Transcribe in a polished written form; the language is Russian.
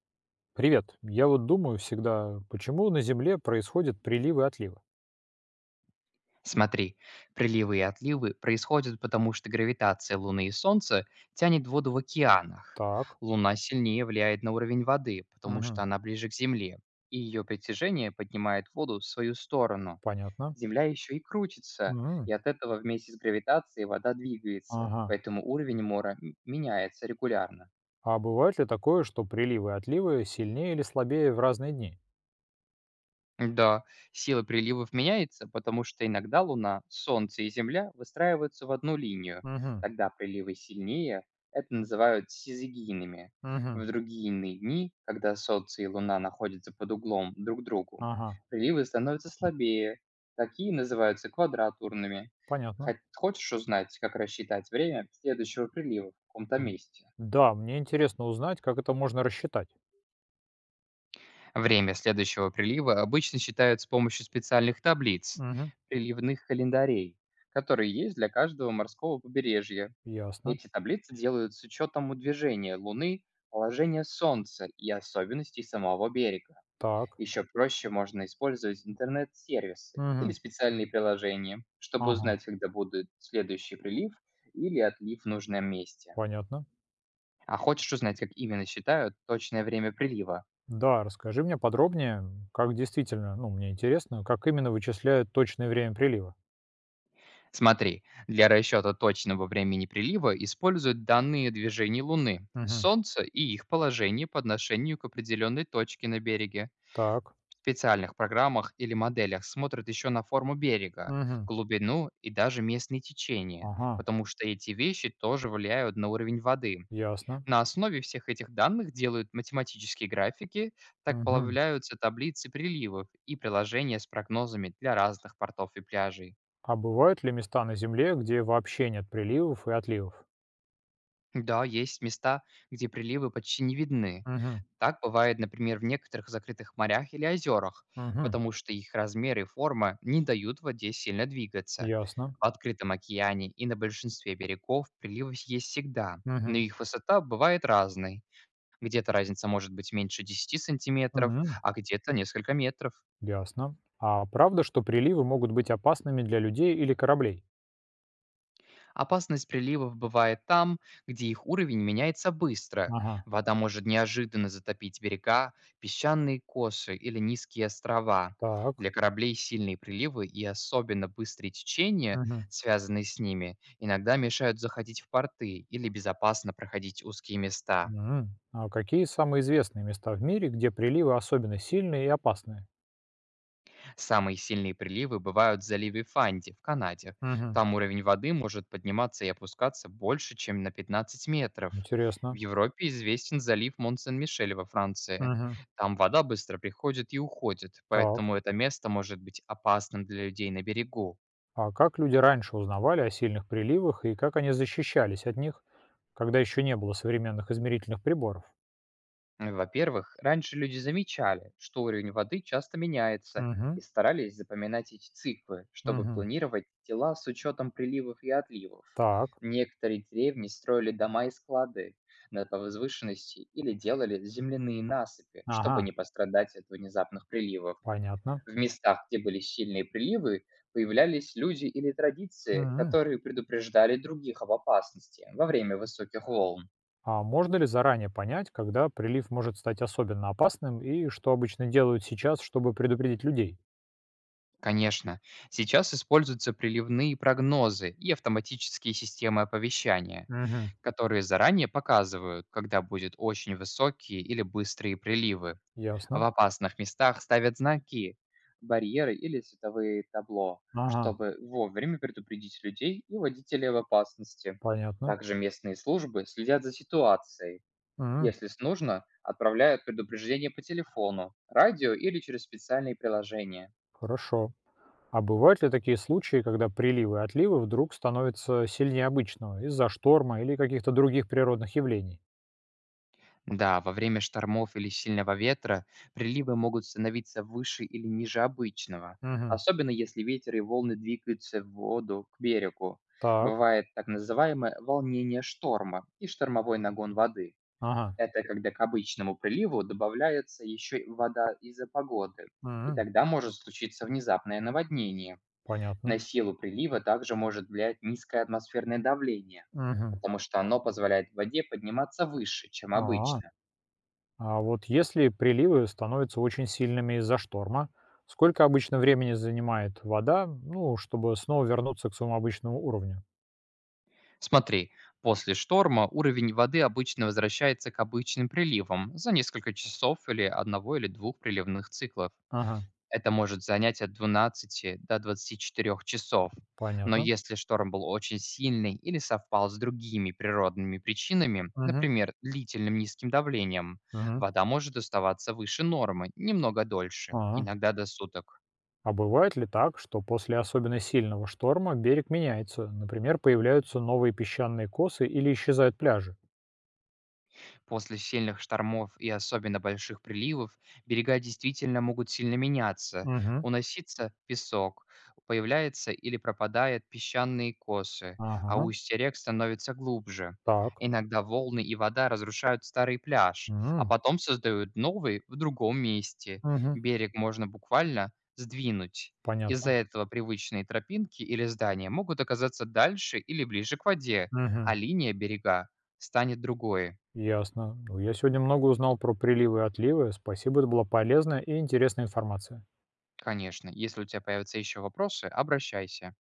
Привет. Я вот думаю всегда, почему на Земле происходят приливы и отливы? Смотри, приливы и отливы происходят потому, что гравитация Луны и Солнца тянет воду в океанах. Так, Луна сильнее влияет на уровень воды, потому мгм, что она ближе к Земле, и ее притяжение поднимает воду в свою сторону. понятно. Земля еще и крутится, М, и от этого вместе с гравитацией вода двигается, ага. поэтому уровень мора меняется регулярно. А бывает ли такое, что приливы и отливы сильнее или слабее в разные дни? Да, сила приливов меняется, потому что иногда Луна, Солнце и Земля выстраиваются в одну линию. Мгм, Тогда приливы сильнее, это называют сизигийными. мгм, В другие иные дни, когда Солнце и Луна находятся под углом друг к другу, ага, приливы становятся слабее. Такие называются квадратурными. понятно. Хочешь узнать, как рассчитать время следующего прилива в каком-то М, месте? да, мне интересно узнать, как это можно рассчитать. Время следующего прилива обычно считают с помощью специальных таблиц, Мгм, приливных календарей, которые есть для каждого морского побережья. ясно. Эти таблицы делают с учетом движения Луны, положения Солнца и особенностей самого берега. Так. Еще проще можно использовать интернет-сервисы или Мгм, специальные приложения, чтобы ага, узнать, когда будет следующий прилив или отлив в нужном месте. понятно. А хочешь узнать, как именно считают точное время прилива? Да, расскажи мне подробнее, как действительно, ну, мне интересно, как именно вычисляют точное время прилива. Смотри, для расчета точного времени прилива используют данные движений Луны, Мгм, Солнца и их положение по отношению к определенной точке на береге. так. В специальных программах или моделях смотрят еще на форму берега, Мгм. глубину и даже местные течения, Ага, потому что эти вещи тоже влияют на уровень воды. ясно. На основе всех этих данных делают математические графики, так Мгм. появляются таблицы приливов и приложения с прогнозами для разных портов и пляжей. А бывают ли места на Земле, где вообще нет приливов и отливов? Да, есть места, где приливы почти не видны. Мгм. Так бывает, например, в некоторых закрытых морях или озерах, Мгм. потому что их размер и форма не дают воде сильно двигаться. Ясно. В открытом океане и на большинстве берегов приливы есть всегда, но Мгм. их высота бывает разной. Где-то разница может быть меньше 10 сантиметров, Мгм. а где-то несколько метров. Ясно. А правда, что приливы могут быть опасными для людей или кораблей? Опасность приливов бывает там, где их уровень меняется быстро. Ага. Вода может неожиданно затопить берега, песчаные косы или низкие острова. Так. Для кораблей сильные приливы и особенно быстрые течения, Мгм. связанные с ними, иногда мешают заходить в порты или безопасно проходить узкие места. М. А какие самые известные места в мире, где приливы особенно сильные и опасные? Самые сильные приливы бывают в заливе Фанди в Канаде. Мгм. Там уровень воды может подниматься и опускаться больше, чем на 15 метров. В Интересно. Европе известен залив Мон-Сен-Мишель во Франции. Мгм. Там вода быстро приходит и уходит, Так. поэтому это место может быть опасным для людей на берегу. А как люди раньше узнавали о сильных приливах и как они защищались от них, когда еще не было современных измерительных приборов? Во-первых, раньше люди замечали, что уровень воды часто меняется, Угу, и старались запоминать эти циклы, чтобы угу. планировать дела с учетом приливов и отливов. Так, Некоторые деревни строили дома и склады на возвышенности или делали земляные насыпи, чтобы ага, не пострадать от внезапных приливов. понятно. В местах, где были сильные приливы, появлялись люди или традиции, Мгм. которые предупреждали других об опасности во время высоких волн. А можно ли заранее понять, когда прилив может стать особенно опасным и что обычно делают сейчас, чтобы предупредить людей? Конечно, сейчас используются приливные прогнозы и автоматические системы оповещания, Угу, которые заранее показывают, когда будут очень высокие или быстрые приливы. В ясно. опасных местах ставят знаки, барьеры или световые табло, Ага, чтобы вовремя предупредить людей и водителей об опасности. понятно. Также местные службы следят за ситуацией. Мгм, Если с нужно, отправляют предупреждение по телефону, радио или через специальные приложения. хорошо. А бывают ли такие случаи, когда приливы и отливы вдруг становятся сильнее обычного из-за шторма или каких-то других природных явлений? Да, во время штормов или сильного ветра приливы могут становиться выше или ниже обычного, Мгм. особенно если ветер и волны двигаются в воду к берегу. Так. Бывает так называемое волнение шторма и штормовой нагон воды. Ага. Это когда к обычному приливу добавляется еще и вода из-за погоды, и М. тогда может случиться внезапное наводнение. Понятно. На силу прилива также может влиять низкое атмосферное давление, Мгм. потому что оно позволяет воде подниматься выше, чем А. обычно. А вот если приливы становятся очень сильными из-за шторма, сколько обычно времени занимает вода, ну, чтобы снова вернуться к своему обычному уровню? Смотри, после шторма уровень воды обычно возвращается к обычным приливам за несколько часов или одного или двух приливных циклов. Ага. Это может занять от 12 до 24 часов. Но Понятно. если шторм был очень сильный или совпал с другими природными причинами, Мгм. например, длительным низким давлением, Мгм. вода может оставаться выше нормы немного дольше, А. иногда до суток. А бывает ли так, что после особенно сильного шторма берег меняется? Например, появляются новые песчаные косы или исчезают пляжи? После сильных штормов и особенно больших приливов берега действительно могут сильно меняться. Мгм. Уносится песок, появляются или пропадают песчаные косы, а Ага. устья рек становится глубже. Так. Иногда волны и вода разрушают старый пляж, а М. потом создают новый в другом месте. Мгм. Берег можно буквально сдвинуть. Из-за Понятно. этого привычные тропинки или здания могут оказаться дальше или ближе к воде, а Мгм. линия берега станет другой. Ясно. Ну, я сегодня много узнал про приливы и отливы. Спасибо, это была полезная и интересная информация. Конечно, если у тебя появятся еще вопросы, обращайся.